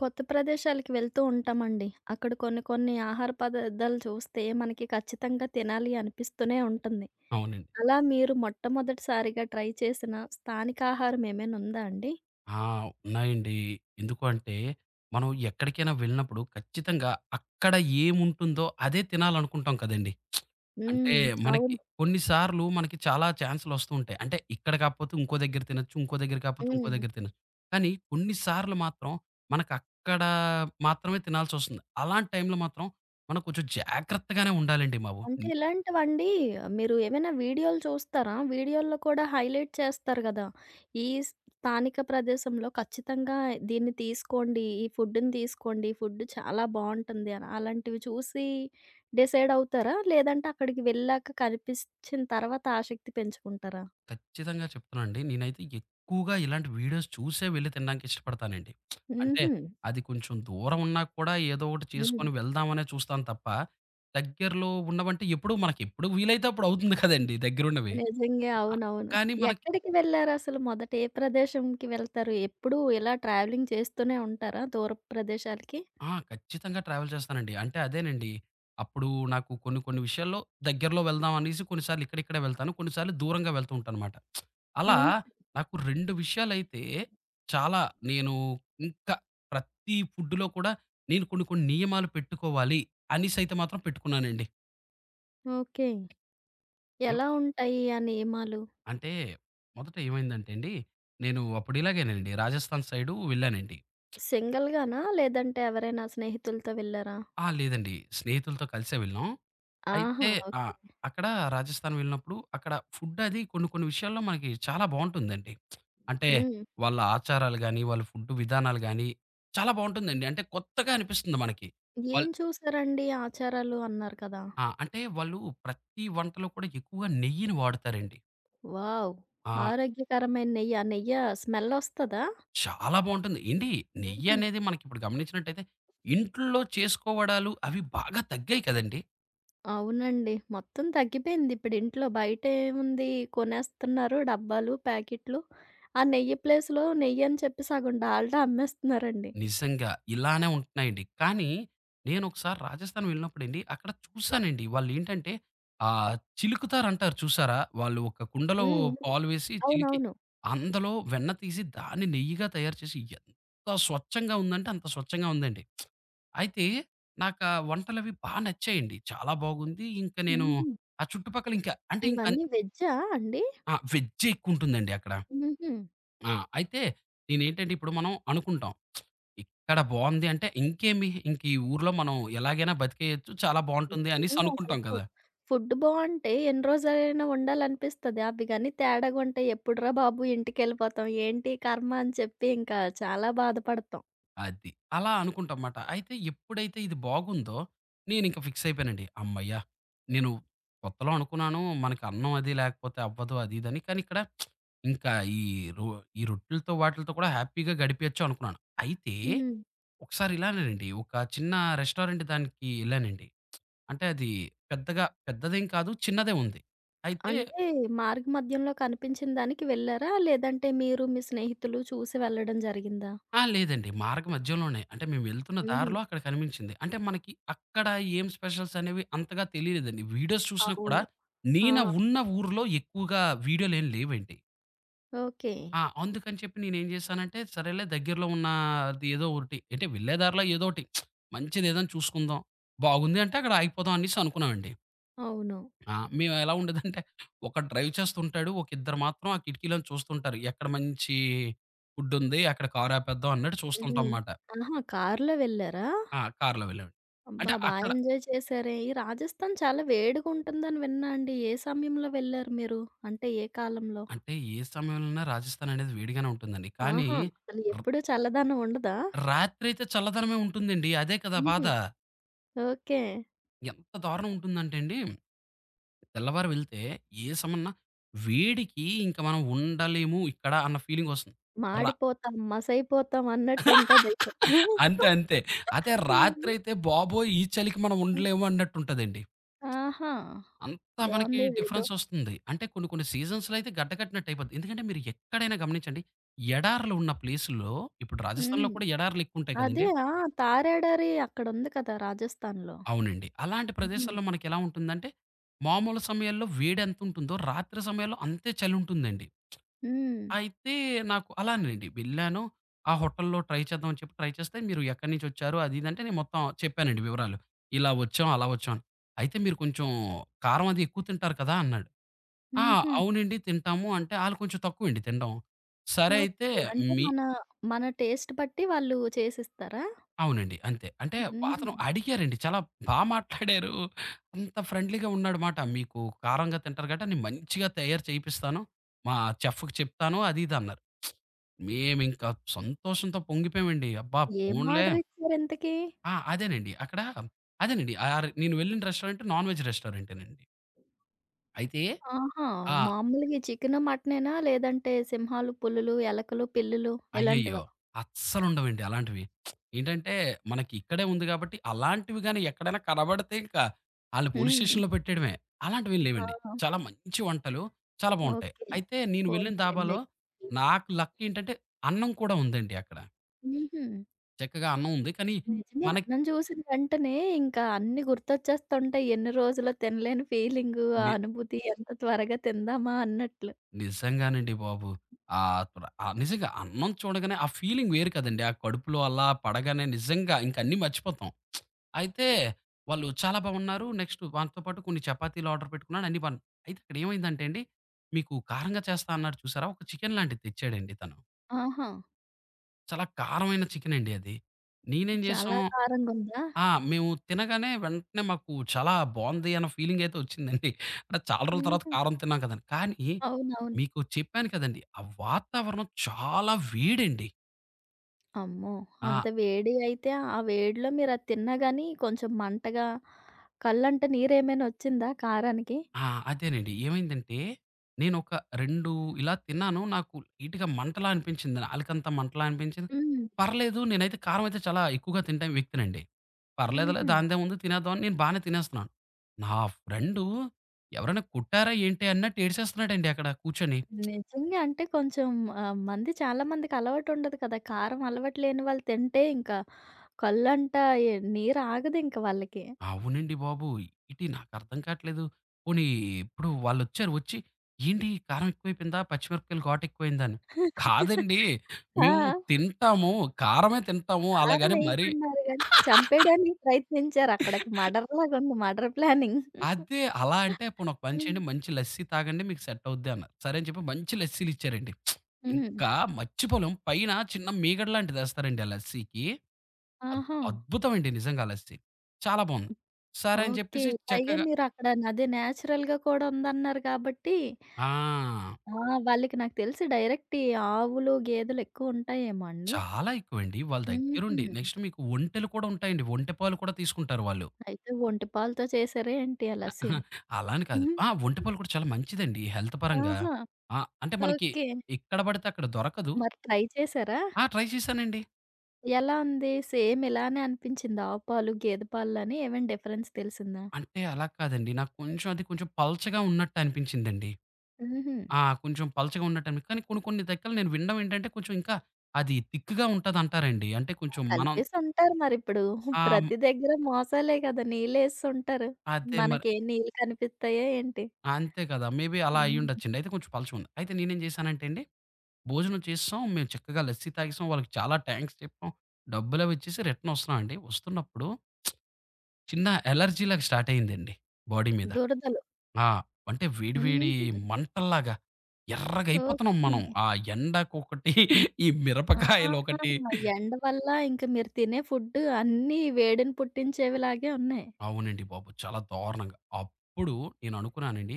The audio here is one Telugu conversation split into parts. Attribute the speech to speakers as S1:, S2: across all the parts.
S1: కొత్త ప్రదేశాలకి వెళ్తూ ఉంటామండి. అక్కడ కొన్ని కొన్ని ఆహార పదార్థాలు చూస్తే మనకి ఖచ్చితంగా తినాలి అనిపిస్తూనే ఉంటుంది.
S2: అవునండి.
S1: అలా మీరు మొట్టమొదటిసారిగా ట్రై చేసిన స్థానిక ఆహారం ఏమైనా ఉందా అండి?
S2: ఆ! ఉన్నాయండి. ఎందుకు అంటే, మనం ఎక్కడికైనా వెళ్ళినప్పుడు ఖచ్చితంగా అక్కడ ఏముంటుందో అదే తినాలనుకుంటాం కదండీ! అంటే
S1: హ్మ్.
S2: మనకి
S1: అవును.
S2: కొన్ని సార్లు మనకి చాలా ఛాన్స్‌లొస్తూ ఉంటాయి. అంటే ఇక్కడ కాకపోతే ఇంకో దగ్గర తినొచ్చు, ఇంకో దగ్గర కాకపోతే ఇంకో
S1: హ్మ్.
S2: దగ్గర తినొచ్చు. కానీ కొన్ని సార్లు మాత్రం మనకక్కడ మాత్రమే తినాల్సొస్తుంది. అలాంటి టైంలో మాత్రం మనం కొంచెం జాగ్రత్తగానే ఉండాలండి బాబు.
S1: అంటే ఇలాంటివండి, మీరు ఏమైనా వీడియోలు చూస్తారా? వీడియోల్లో కూడా హైలైట్ చేస్తారు గదా! ఈ స్థానిక ప్రదేశంలో ఖచ్చితంగా దీన్ని తీసుకోండి, ఈ ఫుడ్‌ని తీసుకోండి, ఈ ఫుడ్ చాలా బావుంటుంది అని. అలాంటివి చూసి డిసైడ్ అవుతారా? లేదంటే అక్కడికి వెళ్ళాక కనిపించిన తర్వాత ఆసక్తి పెంచుకుంటారా?
S2: ఖచ్చితంగా చెప్తానండి. నేనైతే ఎక్కువగా ఇలాంటి వీడియోస్ చూసే వెళ్లి తినడానికి ఇష్టపడతానండి. అంటే
S1: హుహు.
S2: అది కొంచెం దూరం ఉన్నా కూడా ఏదో ఒకటి
S1: హ్మ్.
S2: చేసుకొని వెళ్దామనే చూస్తాను తప్ప, దగ్గరలో ఉన్నవంటే ఎప్పుడూ మనకెప్పుడు వీలైతే అప్పుడు అవుతుంది కదండీ దగ్గరున్నవి.
S1: నిజంగే.
S2: ఆహ్,
S1: అవునవును.
S2: కానీ మనకి
S1: ఎక్కడికి వెళ్లారసలు మొదట? ఏ ప్రదేశంకి వెళ్తారు? ఎప్పుడూ ఇలా ట్రావెలింగ్ చేస్తూనే ఉంటారా దూరపు ప్రదేశాలకి?
S2: ఖచ్చితంగా ట్రావెల్ చేస్తానండి. అంటే అదేనండి. అప్పుడు నాకు కొన్ని కొన్ని విషయాల్లో దగ్గరలో వెళ్దాం అనేసి కొన్నిసార్లు ఇక్కడిక్కడే వెళ్తాను. కొన్నిసార్లు దూరంగా వెళ్తూ ఉంటానమాట. అలా
S1: హ్మ్.
S2: నాకు 2 విషయాలైతే చాలా నేను ఇంకా ప్రతి ఫుడ్‌లో కూడా నేను కొన్ని కొన్ని నియమాలు పెట్టుకోవాలి అనేసైతే మాత్రం పెట్టుకున్నానండి.
S1: ఓకే.
S2: ఎవ్
S1: ఎలా ఉంటాయి ఆ నియమాలు?
S2: అంటే మొదట ఏమైందంటే అండి, నేను అప్పుడు ఇలాగేనండి రాజస్థాన్ సైడు వెళ్ళానండి.
S1: సింగిల్ గానా? లేదంటే ఎవరైనా స్నేహితులతో వెళ్లారా?
S2: లేదండి. స్నేహితులతో కలిసే వెళ్ళాం.
S1: ఆహా!
S2: అయితే ఆ!
S1: ఓకే.
S2: అక్కడ రాజస్థాన్ వెళ్ళినప్పుడు అక్కడ ఫుడ్ అది కొన్ని కొన్ని విషయాల్లో మనకి చాలా బావుంటుందండి. అంటే
S1: హ్మ్.
S2: వాళ్ళ ఆచారాలు గాని, వాళ్ళ ఫుడ్ విధానాలు గాని చాలా బావుంటుందండి. అంటే కొత్తగా అనిపిస్తుంది మనకి. వాళ్ళు
S1: ఏం చూసారండి, ఆచారాలు అన్నారు కదా!
S2: ఆ! అంటే వాళ్ళు ప్రతి వంటలో కూడా ఎక్కువగా నెయ్యిని వాడతారండి.
S1: వావ్!
S2: ఆ!
S1: ఆరోగ్యకరమైన నెయ్యి. ఆ నెయ్య స్మెల్లొస్తదా?
S2: చాలా బావుంటుంది. ఏండి
S1: హుహు.
S2: నెయ్యనేది మనకిప్పుడు గమనించినట్టయితే ఇంట్లో చేసుకోవడాలు అవి బాగా తగ్గాయి కదండీ!
S1: అవునండి. మొత్తం తగ్గిపోయింది. ఇప్పుడు ఇంట్లో బయటేముంది, కొనేస్తున్నారు డబ్బాలు, ప్యాకెట్లు. ఆ నెయ్యి ప్లేస్‌లో నెయ్యి అని చెప్పి సగం డాల్డా అమ్మేస్తున్నారండి.
S2: నిజంగా. ఇలానే ఉంటున్నాయండి. కానీ నేనొకసారి రాజస్థాన్ వెళ్ళినప్పుడండి అక్కడ చూసానండి. వాళ్ళేంటంటే చిలుకుతారంటారు చూసారా? వాళ్ళు ఒక కుండలో
S1: హ్మ్. హ్మ్.
S2: పాలు వేసి చిలికి
S1: అవునవును.
S2: అందులో వెన్న తీసి దాన్ని నెయ్యిగా తయారు చేసి ఎంత స్వచ్ఛంగా ఉందంటే అంత స్వచ్ఛంగా ఉందండి. అయితే నాకా వంటలవి బా నచ్చాయండి. చాలా బాగుంది. ఇంక నేను
S1: హుహు.
S2: ఆ చుట్టుపక్కల ఇంకా అంటే ఇంక
S1: ఇవన్నీ వెజ్జా అండి?
S2: వెజ్జే ఎక్కువుంటుందండి అక్కడ.
S1: హుహు.
S2: ఆ! అయితే నేనేంటంటే ఇప్పుడు మనం అనుకుంటాం. ఇక్కడ బావుంది అంటే ఇంకేమి ఇంక ఈ ఊర్లో మనం ఎలాగైనా బతికేయొచ్చు. చాలా బావుంటుంది అనేసి
S1: నిజంగా అసలు
S2: అనుకుంటాం కదా!
S1: ఫుడ్ బావుంటే ఎన్ని రోజులైనా ఉండాలనిపిస్తది. అవి గాని తేడా కొంటే ఎప్పుడురా బాబు ఇంటికెళ్ళిపోతాం, ఏంటి కర్మ అని చెప్పి ఇంకా చాలా బాధపడతాం.
S2: అది. అలా అనుకుంటాం మాట. అయితే ఎప్పుడైతే ఇది బాగుందో నేనింక ఫిక్స్ అయిపోయానండి. హమ్మయ్య! నేను కొత్తలో అనుకున్నాను మనకు అన్నం అది లేకపోతే అవ్వదు అది ఇదని. కానీ ఇక్కడ ఇంకా రొ ఈ రొట్టెలతో వాటిలతో కూడా హ్యాపీగా గడిపేయొచ్చు అనుకున్నాను. అయితే
S1: హ్మ్.
S2: ఒకసారి ఇలానేనండి ఒక చిన్న రెస్టారెంట్ దానికి ఎళ్ళానండి. అంటే అది పెద్దగా పెద్దదేం కాదు. చిన్నదే ఉంది. అయితే
S1: అంటే మార్గ మధ్యంలో కనిపించిన దానికి వెళ్లారా? లేదంటే మీరు మీ స్నేహితులు చూసి వెళ్ళడం జరిగిందా?
S2: లేదండి. మార్గ మధ్యలోనే. అంటే మేము వెళ్తున్న
S1: హుహు.
S2: దారిలో అక్కడ కనిపించింది. అంటే మనకి అక్కడ ఏం స్పెషల్స్ అనేవి అంతగా తెలియలేదండి. వీడియోస్ చూసినా కూడా
S1: అవును. ఆ!
S2: నేను ఉన్న ఊర్లో ఎక్కువగా వీడియోలేం లేవండి.
S1: ఓకే.
S2: అందుకని చెప్పి నేనేం చేశానంటే, సరేలే దగ్గరలో ఉన్నది ఏదో ఒకటి అంటే వెళ్ళే దారిలో ఏదో ఒకటి మంచిదేదైనా చూసుకుందాం. బాగుంది అంటే అక్కడ ఆగిపోదాం అనేసి అనుకున్నామండి.
S1: అవును.
S2: మేము ఎలా ఉండేదంటే ఒకడు డ్రైవ్ చేస్తుంటాడు. ఒక ఇద్దరు మాత్రం ఆ కిటికీలోంచి చూస్తుంటారు. ఎక్కడ మంచి ఫుడ్ ఉంది. అక్కడ కార్ ఆపేద్దాం అన్నట్టు చూస్తుంటాం
S1: హ్మ్.
S2: మాట.
S1: ఆహా! కారులో వెళ్లారా?
S2: కార్‌లో వెళ్ళామండి. అంటే
S1: అబ్బా! బా
S2: అక్కడ
S1: ఎంజాయ్ చేశారే! ఈ రాజస్థాన్ చాలా వేడిగుంటుందని విన్నా అండి. ఏ సమయంలో వెళ్లారు మీరు? అంటే ఏ కాలంలో?
S2: అంటే ఏ సమయంలోనా రాజస్థాన్ అనేది వేడిగానే ఉంటుందండి. కానీ
S1: ఆహా! అసలు
S2: ర్
S1: ఎప్పుడూ చల్లదనం ఉండదా?
S2: రాత్రి అయితే చల్లదనమే ఉంటుందండి. అదే కదా
S1: హుహు.
S2: బాధ.
S1: ఓకే.
S2: ఎంత దారుణం ఉంటుందంటే అండి తెల్లవారి వెళ్తే ఏ సమన్నా వేడికి ఇంక మనం ఉండలేము ఇక్కడ అన్న ఫీలింగ్ వస్తుంది. ర
S1: మాడిపోతాం, మసైపోతాం అన్నట్టుంటదైతే.
S2: అంతే అంతే. అదే
S1: హ్మ్.
S2: రాత్రయితే బాబోయ్! ఈ చలికి మనం
S1: హ్మ్.
S2: ఉండలేము అన్నట్టుంటదండి.
S1: ఆహా!
S2: అంతా మనకి
S1: బావుంది ఇదేదో.
S2: డిఫరెన్సొస్తుంది. అంటే కొన్ని కొన్ని సీజన్స్‌లో అయితే గడ్డ కట్టినట్టయిపోద్ది. ఎందుకంటే మీరు ఎక్కడైనా గమనించండి, ఎడారులు ఉన్న ప్లేసుల్లో ఇప్పుడు రాజస్థాన్‌లో
S1: హ్మ్.
S2: కూడా ఎడారులెక్కువుంటాయి
S1: అదే
S2: కదండీ!
S1: ఆ! తారేడరి అక్కడుంది కదా! రాజస్థాన్‌లో.
S2: అవునండి. అలాంటి
S1: హ్మ్.
S2: ప్రదేశాల్లో మనకెలా ఉంటుందంటే, మామూలు సమయాల్లో వేడెంతుంటుందో రాత్రి సమయాల్లో అంతే చలుంటుందండి.
S1: హ్మ్.
S2: అయితే నాకు అలానేనండి. వెళ్ళాను. ఆ హోటల్‌లో ట్రై చేద్దాం అని చెప్పి ట్రై చేస్తే, "మీరు ఎక్కడి నుంచొచ్చారు?" అది ఇది అంటే, నేను మొత్తం చెప్పానండి వివరాలు. ఇలా వచ్చాం, అలా వచ్చాం అని. "అయితే మీరు కొంచెం కారం అది ఎక్కువ తింటారు కదా!" అన్నాడు. "ఆ!
S1: హుహు.
S2: అవునండి తింటాము" అంటే, ఆళ్ళు కొంచెం తక్కువండి తినడం. సరే అయితే
S1: ఓకే. అంటే
S2: మీ
S1: మన మన టేస్ట్ బట్టి వాళ్ళు చేసిస్తారా?
S2: అవునండి. అంతే. అంటే
S1: హుహు.
S2: అతను అడిగారండి. చాలా బా మాట్లాడారు. అంత ఫ్రెండ్లీగా ఉన్నాడు మాట. మీకు కారంగా తింటారు కాబట్టి నేను మంచిగా తయారు చేపిస్తాను. మా చెఫ్‌కి చెప్తాను అది ఇది అన్నారు. మేమింకా సంతోషంతో పొంగిపోయామండి. అబ్బా!
S1: ఏం
S2: పోన్లే
S1: ఆర్డర్ ఇచ్చారు ఇంతకీ?
S2: ఆ! అదేనండి. అక్కడ అదేనండి. నేను వెళ్ళిన రెస్టారెంట్ నాన్ వెజ్ రెస్టారెంటేనండి. అయితే
S1: ఆహా!
S2: ఆ!
S1: మామూలుగా ఈ చికెను, మటనేనా? లేదంటే సింహాలు, పులులు, ఎలకలు, పిల్లులు
S2: అయ్యయ్యో!
S1: ఇలాంటివా?
S2: అస్సలుండవండి అలాంటివి. ఏంటంటే, మనకి ఇక్కడే ఉంది గాబట్టి, అలాంటివి గాని ఎక్కడైనా కనబడితే ఇంక ఆళ్ళు పోలీస్
S1: హ్మ్.
S2: స్టేషన్‌లో పెట్టేయడమే. అలాంటివేం లేవండి.
S1: ఆ!
S2: చాలా మంచి వంటలు, చాలా బావుంటాయి.
S1: ఓకే.
S2: అయితే నేను వెళ్ళిన
S1: పోనీలెండి.
S2: ధాబాలో నాకు లక్ ఏంటంటే, అన్నం కూడా ఉందండి అక్కడ.
S1: హుహు.
S2: చక్కగా అన్నం ఉంది. కానీ
S1: నిజమే,
S2: మనకి
S1: అన్నం చూసిన వెంటనే ఇంకా అన్నీ గుర్తొచ్చేస్తుంటాయి. ఎన్ని రోజులో తినలేని ఫీలింగు, ఆ అనుభూతి ఎంత త్వరగా తిందామా అన్నట్లు.
S2: నిజంగానండి బాబు. నిజంగా అన్నం చూడగానే ఆ ఫీలింగ్ వేరు కదండీ. ఆ కడుపులో అలా పడగానే నిజంగా ఇంక అన్నీ మర్చిపోతాం. అయితే వాళ్ళు చాలా బాగున్నారు. నెక్స్ట్ వానితో పాటు కొన్ని చపాతీలు ఆర్డర్ పెట్టుకున్నాను. అన్నీ బాగున్నాయి. అయితే ఇక్కడ ఏమైందంటే అండి, మీకు కారంగా చేస్తా అన్నాడు చూసారా? ఒక చికెన్ లాంటిది తెచ్చాడండి తను.
S1: ఆహా!
S2: చాలా కారమైన చికెనండి అది. నేనేం చేశాం
S1: చాలా కారంగుందా?
S2: ఆ! మేము తినగానే వెంటనే మాకు చాలా బావుంది అన్న ఫీలింగ్ అయితే వచ్చిందండి. అంటే చాలా రోజుల తర్వాత
S1: హుహు.
S2: కారం తిన్నాం కదండీ. కానీ
S1: అవునవును.
S2: మీకు చెప్పాను కదండీ, ఆ వాతావరణం చాలా వేడండి.
S1: అమ్మో!
S2: ఆ!
S1: అంత వేడి అయితే, ఆ వేడిలో మీరది తిన్నా గాని కొంచెం మంటగా కళ్ళంట నీరేమైనా ఒచ్చిందా కారానికి?
S2: ఆ! అదేనండి. ఏమైందంటే నేనొక 2 ఇలా తిన్నాను. నాకు లైట్‌గా మంటలా అనిపించింది. ఆళ్ళకంత మంటలా అనిపించింది.
S1: హ్మ్.
S2: పర్లేదు నేనైతే కారం అయితే చాలా ఎక్కువగా తింటే వ్యక్తినండి. పర్లేదులే
S1: హుహు.
S2: దానిదేముంది తినేద్దాం అని నేను బానే తినేస్తున్నాను. నా ఫ్రెండు ఎవరైనా కొట్టారా ఏంటి అన్నట్టు ఏడిసేస్తున్నాడండి అక్కడ కూర్చొని.
S1: నిజంగా అంటే కొంచెం ఆహ్, మంది చాలా మందికి అలవాటుండదు కదా! కారం అలవాటు లేని వాళ్ళు తింటే ఇంకా కళ్ళంట ఎ నీరాగదింక వాళ్ళకి.
S2: అవునండి బాబు! ఏంటి నాకర్థం కాట్లేదు. పోనీ ఇప్పుడు వాళ్ళొచ్చారు వచ్చి, "ఏంటి కారం ఎక్కువైపోయిందా? పచ్చిమిరపకాయలు ఘాటు ఎక్కువైందా?" అని. కాదండి. మేము
S1: ఆ!
S2: తింటాము. కారమే తింటాము.
S1: కారం
S2: అలాగని మరీ
S1: వేయమన్నారు గాని, చంపేయడానికి ప్రయత్నించారక్కడికి. మర్డర్‌లాగుంది, మర్డర్ ప్లానింగ్.
S2: అదే. అలా అంటే పోనీ ఒక పని
S1: హ్మ్.
S2: చేయండి. మంచి లస్సీ తాగండి. మీకు సెట్ అవుద్ది అన్నారు. సరే అని చెప్పి మంచి లస్సీలిచ్చారండి.
S1: హ్మ్.
S2: ఇంకా మర్చిపోలేం. పైన చిన్న మీగడ లాంటిదేస్తారండి ఆ లస్సీకి. అద్
S1: ఆహా!
S2: అద్భుతమండి నిజంగా ఆ లస్సీ. చాలా బావుంది. సరే అని
S1: ఓకే.
S2: చెప్పేసి
S1: పైగా
S2: చక్కగా
S1: మీరక్కడ అదే నేచురల్‌గా కూడా ఉందన్నారు కాబట్టి
S2: ఆ!
S1: ఆ! వాళ్ళకి నాకు తెలిసి డైరెక్ట్ ఈ ఆవులు, గేదెలు ఎక్కువుంటాయేమో అండి.
S2: చాలా ఎక్కువండి. వాళ్ళ దగ్గరుండి
S1: హుహు.
S2: నెక్స్ట్ మీకు ఒంటెలు కూడా ఉంటాయండి. ఒంటె పాలు కూడా తీసుకుంటారు వాళ్ళు.
S1: అయితే ఒంటి పాలతో చేసారా ఏంటి ఆ లస్సీ?
S2: ఆహా, అలా అని కాదు.
S1: హుహు.
S2: ఒంటె పాలు కూడా చాలా మంచిదండి హెల్త్ పరంగా.
S1: ఆహా!
S2: అంటే మనకి
S1: ఓకే.
S2: ఎక్కడ పడితే అక్కడ దొరకదు.
S1: మరి ట్రై చేసారా?
S2: ట్రై చేశానండి.
S1: ఎలా ఉంది? సేమ్ ఇలానే అనిపించిందా? ఆవు పాలు, గేదె పాలని ఏమైనా డిఫరెన్స్ తెలిసిందా?
S2: అంటే అలా కాదండి. నాకు కొంచెం అది కొంచెం పల్చగా ఉన్నట్టు అనిపించిందండి.
S1: హుహు.
S2: కొంచెం పల్చగా ఉన్నట్టని కానీ కొన్ని కొన్ని దగ్గరలు నేను వినడం ఏంటంటే కొంచెం ఇంకా అది తిక్‌గా ఉంటదంటారండి. అంటే కొంచెం మనం
S1: కలిపేసుంటారు మరిప్పుడు.
S2: ఆ!
S1: ప్రతి దగ్గర మోసాలే కదా! నీళ్ళేసుంటారు.
S2: అదే మరి.
S1: మనకేం నీళ్ళు కనిపిస్తాయా ఏంటి?
S2: అంతే కదా! మేబీ అలా
S1: హ్మ్.
S2: అయ్యుండొచ్చండి. అయితే కొంచెం పలచగుంది. అయితే నేనేం చేశానంటే అండి భోజనం చేసేసాం. మేము చక్కగా లస్సీ తాగేసాం. వాళ్ళకి చాలా థాంక్స్ చెప్పాం. డబ్బులవి ఇచ్చేసి రిటర్న్ వస్తున్నామండి. వస్తున్నప్పుడు చిన్న అలర్జీలాగా స్టార్ట్ అయిందండి బాడీ మీద.
S1: దురదలు.
S2: ఆ! అంటే వేడి వేడి
S1: హుహు.
S2: మంటల్లాగా ఎర్రగయిపోతున్నాం
S1: ఓకే.
S2: మనం. ఆ ఎండకొకటి, ఈ
S1: ఆహా!
S2: మిరపకాయలొకటి
S1: ఎండ వల్ల ఇంక మీరు తినే ఫుడ్ అన్నీ వేడిని పుట్టించేవిలాగే ఉన్నాయి.
S2: అవునండి బాబు. చాలా దారుణంగా. అప్పుడు నేననుకున్నానండి,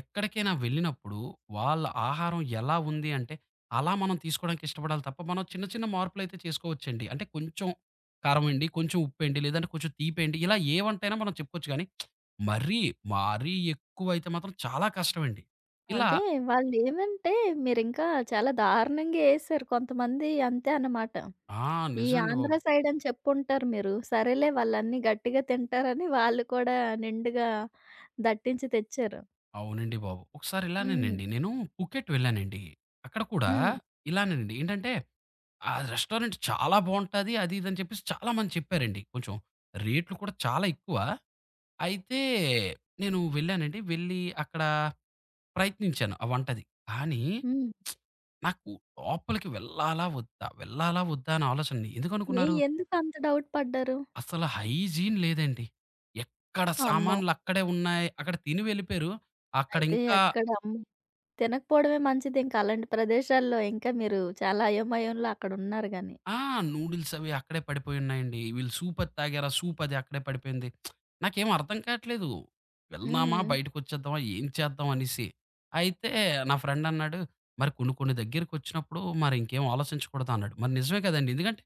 S2: ఎక్కడికైనా వెళ్ళినప్పుడు వాళ్ళ ఆహారం ఎలా ఉంది అంటే, అలా మనం తీసుకోవడానికి ఇష్టపడాలి తప్ప, మనం చిన్న చిన్న మార్పులైతే చేసుకోవచ్చండి. అంటే కొంచెం కారమేయండి, కొంచెం ఉప్పేయండి, లేదంటే కొంచెం తీపేయండి. ఇలా ఏ వంటైనా మనం చెప్పుకోవచ్చు గానీ, మరీ, మరీ ఎక్కువైతే మాత్రం చాలా కష్టమండి. ఇలా
S1: అదే వాళ్ళేమంటే మీరింకా చాలా దారుణంగా ఏశారు. కొంతమంది అంతే అన్నమాట.
S2: ఆ!
S1: ఈ
S2: నిజమండి
S1: ఆంధ్ర
S2: బాబు.
S1: సైడ్ అని చెప్పుంటారు మీరు. సరేలే వాళ్ళన్నీ గట్టిగా తింటారని వాళ్ళు కూడా నిండుగా దట్టించి తెచ్చారు.
S2: అవునండి బాబు. ఒకసారి
S1: హ్మ్.
S2: ఇలానేనండి నేను పుకెట్ వెళ్ళానండి. అక్కడ కూడా
S1: హ్మ్.
S2: ఇలానేనండి. ఏంటంటే ఆ రెస్టారెంట్ చాలా బావుంటది. అది ఇది అని చెప్పేసి చాలామంది చెప్పారండి. కొంచెం రేట్లు కూడా చాలా ఎక్కువ. అయితే నేను వెళ్ళానండి. వెళ్ళి అక్కడ ప్రయత్నించాను ఆ వంటది. కానీ
S1: హ్మ్.
S2: నాకు లోపలికి వెళ్ళాలా? వద్దా? వెళ్ళాలా? వద్దా? అనే ఆలోచనండి. ఎందుకనుకున్నారు?
S1: ఎందుకు అంత డౌట్ పడ్డారు?
S2: అసల హైజీన్ లేదండి. ఎక్కడ
S1: అమ్మో!
S2: సామాన్లు అక్కడే ఉన్నాయి. అక్కడ తిని వెళ్ళిపోయారు.
S1: అయితే
S2: అక్కడింకా
S1: ఎక్కడ అమ్మ తినకపోవడమే మంచిది ఇంకా అలాంటి ప్రదేశాల్లో. ఇంకా మీరు చాలా అయోమయంలో అక్కడున్నారు గాని.
S2: ఆ! నూడిల్స్ అవి అక్కడే పడిపోయున్నాయండి. వీళ్ళు సూప్ అది తాగారా? సూప్ అది అక్కడే పడిపోయింది. నాకేం అర్థం కాట్లేదు. వెళ్దామా?
S1: హ్మ్.
S2: బయటకొచ్చేద్దామా? ఏం చేద్దాం అనేసి. అయితే నా ఫ్రెండ్ అన్నాడు, "మరి కొన్ని కొన్ని దగ్గరికొచ్చినప్పుడు మరి ఇంకేం ఆలోచించకూడదా?" అన్నాడు. మరి నిజమే కదండీ! ఎందుకంటే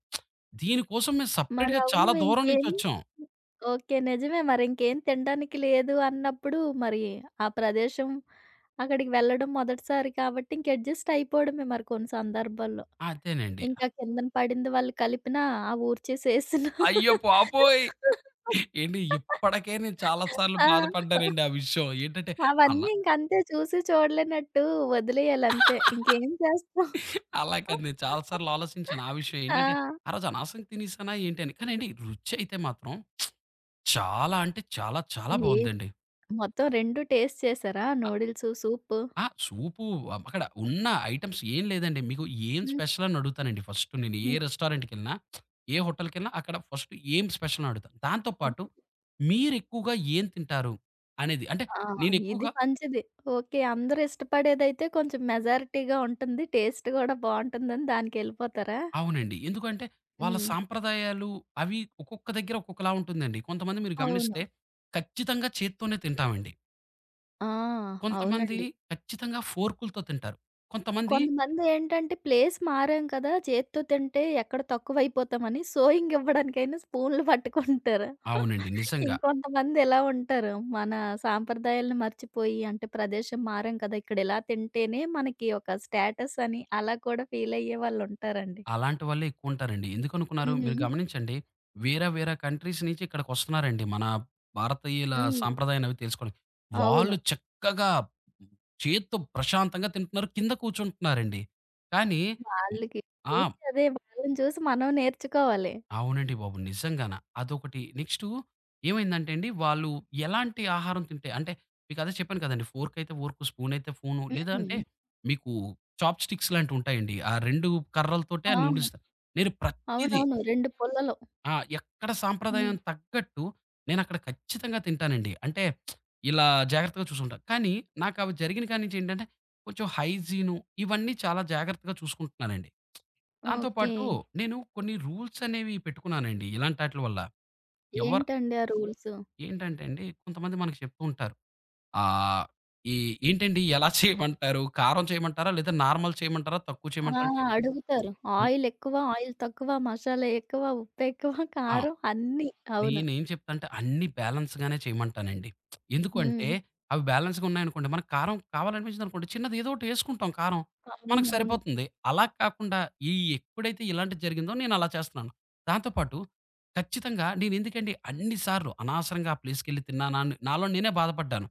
S2: దీనికోసం మేము
S1: మరి
S2: సెపరేట్‌గా
S1: అవును
S2: చాలా దూరం
S1: ఇంకేమి.
S2: నుంచొచ్చాం.
S1: ఓకే. నిజమే, మరి ఇంకేం తినడానికి లేదు అన్నప్పుడు మరి ఆ ప్రదేశం అక్కడికి వెళ్ళడం మొదటిసారి కాబట్టి ఇంక అడ్జస్ట్ అయిపోవడమే మరి కొన్ని సందర్భాల్లో.
S2: అదేనండి.
S1: ఇంకా కిందన పడింది వాళ్ళు కలిపినా ఆ ఊర్చేసేసిన.
S2: అయ్యో పాపోయ్! ఏండి ఇప్పటికే నేను చాలా సార్లు
S1: ఆ!
S2: బాధపడ్డానండి ఆ విషయం. ఏంటంటే
S1: అవన్నీ ఇంకంతే, చూసి చూడలేనట్టు వదిలేయాలంతే.
S2: అలా
S1: ఇంకేం చేస్తాం?
S2: అలా కాదు. నేను చాలా సార్లు ఆలోచించాను ఆ విషయం.
S1: ఆ!
S2: ఏంటంటే, ఆ రోజు అనవసరంగా తినేసానా ఏంటి అని. కానీ అండి రుచి అయితే మాత్రం చాలా అంటే చాలా, చాలా
S1: ఏ
S2: బావుందండి.
S1: మొత్తం 2 టేస్ట్ చేశారా,
S2: ఆహ్,
S1: నూడిల్స్, సూపు?
S2: ఆ! సూపు అక్కడ ఉన్న ఐటెమ్స్ ఏం లేదండి. మీకు ఏం
S1: హ్మ్.
S2: స్పెషల్ అని అడుగుతానండి ఫస్ట్ నేను. ఏ
S1: హ్మ్.
S2: రెస్టారెంట్‌కెళ్ళినా, ఏ హోటల్‌కెళ్ళినా అక్కడ ఫస్ట్ ఏం స్పెషల్ అని అడుగుతాను. దాంతో పాటు
S1: హ్మ్.
S2: మీరెక్కువగా ఏం తింటారు అనేది అంటే
S1: ఆ! ఇది
S2: నేనెక్కువగా
S1: మంచిది. ఓకే. అందరూ ఇష్టపడేదైతే కొంచెం మెజారిటీగా ఉంటుంది. టేస్ట్ గూడా బావుంటుందని దానికెళ్ళిపోతారా?
S2: అవునండి. ఎందుకంటే వాళ్ళ
S1: హ్మ్.
S2: సాంప్రదాయాలు అవి ఒక్కొక్క దగ్గర ఒక్కొక్కలా ఉంటుందండి. కొంతమంది మీరు
S1: అవును.
S2: గమనిస్తే ఖచ్చితంగా చేత్తోనే తింటామండి.
S1: ఆ!
S2: కొంతమంది
S1: అవునండి.
S2: ఖచ్చితంగా ఫోర్కులతో తింటారు. కొంతమంది
S1: కొంతమంది ఏంటంటే ప్లేస్ మారాం కదా! చేత్తో తింటే ఎక్కడ తక్కువైపోతామని సోయింగ్ ఇవ్వడానికైనా స్పూన్‌లు పట్టుకుంటారు.
S2: అవునండి. నిజంగా.
S1: ఇంకొంతమంది ఇలా ఉంటారు. మన సాంప్రదాయాలను మర్చిపోయి, అంటే ప్రదేశం మారాం కదా! ఇక్కడ ఇలా తింటేనే మనకి ఒక స్టేటస్ అని అలా కూడా ఫీల్ అయ్యే వాళ్ళుంటారండి.
S2: అలాంటి వాళ్ళే ఎక్కువుంటారండి. ఎందుకనుకున్నారు? మీరు
S1: హ్మ్.
S2: గమనించండి. వేరే వేరే కంట్రీస్ నుంచి ఇక్కడికొస్తున్నారండి. మన భారతీయుల
S1: హ్మ్.
S2: సాంప్రదాయాన్ని అవి తెలుసుకోడానికి. వాళ్ళు
S1: అవును.
S2: చక్కగా చేత్తో ప్రశాంతంగా తింటున్నారు. కింద కూర్చుంటున్నారండి. కానీ హ్మ్.
S1: వాళ్ళకి
S2: ఆ!
S1: చూసి అదే వాళ్ళని చూసి మనం నేర్చుకోవాలి.
S2: అవునండి బాబు. నిజంగాన. అదొకటి. నెక్స్టు ఏమైందంటే అండి, వాళ్ళు ఎలాంటి ఆహారం తింటే అంటే మీకదే చెప్పాను కదండీ. ఫోర్కయితే ఫోర్కు, స్పూనయితే స్పూను లేదంటే
S1: హ్మ్.
S2: మీకు చాప్ స్టిక్స్ లాంటివుంటాయండి. ఆ 2 కర్రలతోటే
S1: ఆ!
S2: ఆ నూడిల్స్ నేను ప్రతీదీ
S1: అవునవును. 2 పుల్లలు.
S2: ఆ! ఎక్కడ
S1: హ్మ్.
S2: సాంప్రదాయం తగ్గట్టు నేనక్కడ ఖచ్చితంగా తింటానండి. అంటే ఇలా జాగ్రత్తగా చూసుంటా. కానీ నాకవి జరిగిన కాడి నుంచి ఏంటంటే కొంచెం హైజీను ఇవన్నీ చాలా జాగ్రత్తగా చూసుకుంటున్నానండి. దాంతో
S1: ఓకే.
S2: పాటు నేను కొన్ని రూల్స్ అనేవి పెట్టుకున్నానండి. ఇలాంటాట్లి వల్ల. ఎవరు
S1: ఏంటండి ఆ రూల్సు?
S2: ఏంటంటే అండి, కొంతమంది మనకు చెప్తూ ఉంటారు. ఆహ్, ఈ ఏంటండి ఎలా చేయమంటారు? కారం చేయమంటారా? లేదా నార్మల్ చేయమంటారా? తక్కువ
S1: ఆ!
S2: చేయమంటారా? అంటే
S1: అడుగుతారు.
S2: హ్మ్.
S1: ఆయిల్ ఎక్కువ, ఆయిల్ తక్కువ, మసాలా ఎక్కువ, ఉప్పు ఎక్కువ,
S2: ఆ!
S1: కారం అన్నీ. అవును.
S2: నేనేం చెప్తా అంటే అన్నీ బ్యాలెన్స్‌గానే చేయమంటానండి. ఎందుకు అంటే
S1: హ్మ్.
S2: అవి బ్యాలెన్స్‌గా ఉన్నాయనుకోండి మనకు కారం కావాలనిపించిందనుకోండి చిన్నది ఏదో ఒకటి ఏసుకుంటాం కారం. మనకు
S1: అవునవును.
S2: సరిపోతుంది. అలా కాకుండా ఈ ఎప్పుడైతే ఇలాంటిది జరిగిందో నేను అలా చేస్తున్నాను. దాంతో పాటు ఖచ్చితంగా నేను ఎందుకండి అన్ని సార్లు అనవసరంగా ఆ ప్లేస్‌కెళ్ళి తిన్నానా అని నాలో నేనే బాధపడ్డాను.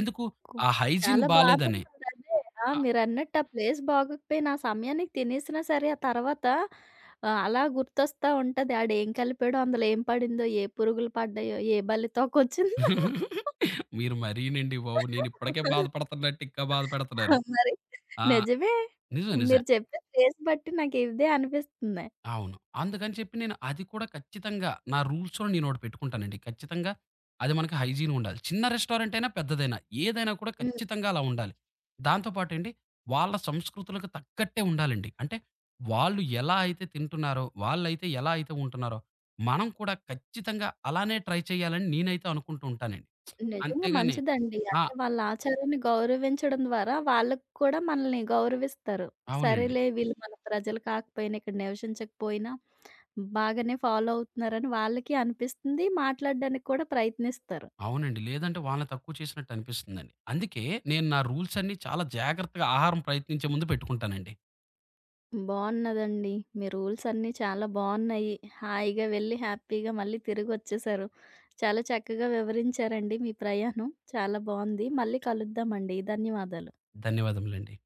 S2: ఎందుకు
S1: కు
S2: ఆ హైజీన్
S1: చాలా
S2: బాలేదని.
S1: బాధుంటుంది అదే. ఆ!
S2: ఆ!
S1: మీరన్నట్టు ఆ ప్లేస్ బాగోకపోయినా ఆ సమయానికి తినేసినా సరే, ఆ తర్వాత అలా గుర్తొస్తా ఉంటది. ఆడేం కలిపాడో, అందులో ఏం పడిందో, ఏ పురుగులు పడ్డాయో, ఏ బల్లితోకొచ్చిందో.
S2: మీరు మరీనండి బాబు. నేను ఇప్పటికే బాధపడుతున్నట్టు ఇంకా బాధ
S1: ఆ!
S2: పెడుతున్నారు.
S1: మరి
S2: ఆ!
S1: నిజమే.
S2: నిజం నిజం.
S1: మీరు చెప్పే ప్లేస్ బట్టి నాకు ఇదే అనిపిస్తుంది.
S2: అవును. అందుకని చెప్పి నేను అది కూడా ఖచ్చితంగా నా రూల్స్‌లో నేనోటి పెట్టుకుంటానండి. ఖచ్చితంగా అది మనకి హైజీన్ ఉండాలి. చిన్న రెస్టారెంట్ అయినా, పెద్దదైనా ఏదైనా కూడా ఖచ్చితంగా అలా ఉండాలి. దాంతో పాటండి వాళ్ళ సంస్కృతులకు తగ్గట్టే ఉండాలండి. అంటే వాళ్ళు ఎలా అయితే తింటున్నారో, వాళ్ళైతే ఎలా అయితే ఉంటున్నారో, మనం కూడా ఖచ్చితంగా అలానే ట్రై చేయాలని నేనైతే అనుకుంటూ ఉంటానండి.
S1: నిజంగా
S2: అంతేగాని
S1: మంచిదండి.
S2: ఆ!
S1: అంటే వాళ్ళ ఆచారాన్ని గౌరవించడం ద్వారా వాళ్ళకి కూడా మనల్ని గౌరవిస్తారు.
S2: అవునండి.
S1: సరేలే వీళ్ళు మన ప్రజలు కాకపోయినా, ఇక్కడ నివసించకపోయినా బాగానే ఫాలో అవుతున్నారని వాళ్ళకి అనిపిస్తుంది. మాట్లాడడానికి కూడా ప్రయత్నిస్తారు.
S2: అవునండి. లేదంటే వాళ్ళని తక్కువ చేసినట్టు అనిపిస్తుందండి. అందుకే నేను నా రూల్స్ అన్నీ చాలా జాగ్రత్తగా ఆహారం ప్రయత్నించే ముందు పెట్టుకుంటానండి.
S1: బావున్నదండి. మీ రూల్స్ అన్నీ చాలా బావున్నాయి. హాయిగా వెళ్ళి హ్యాపీగా మళ్ళీ తిరిగొచ్చేశారు. చాలా చక్కగా వివరించారండి మీ ప్రయాణం. చాలా బావుంది. మళ్ళీ కలుద్దామండి. ధన్యవాదాలు.
S2: ధన్యవాదములండి.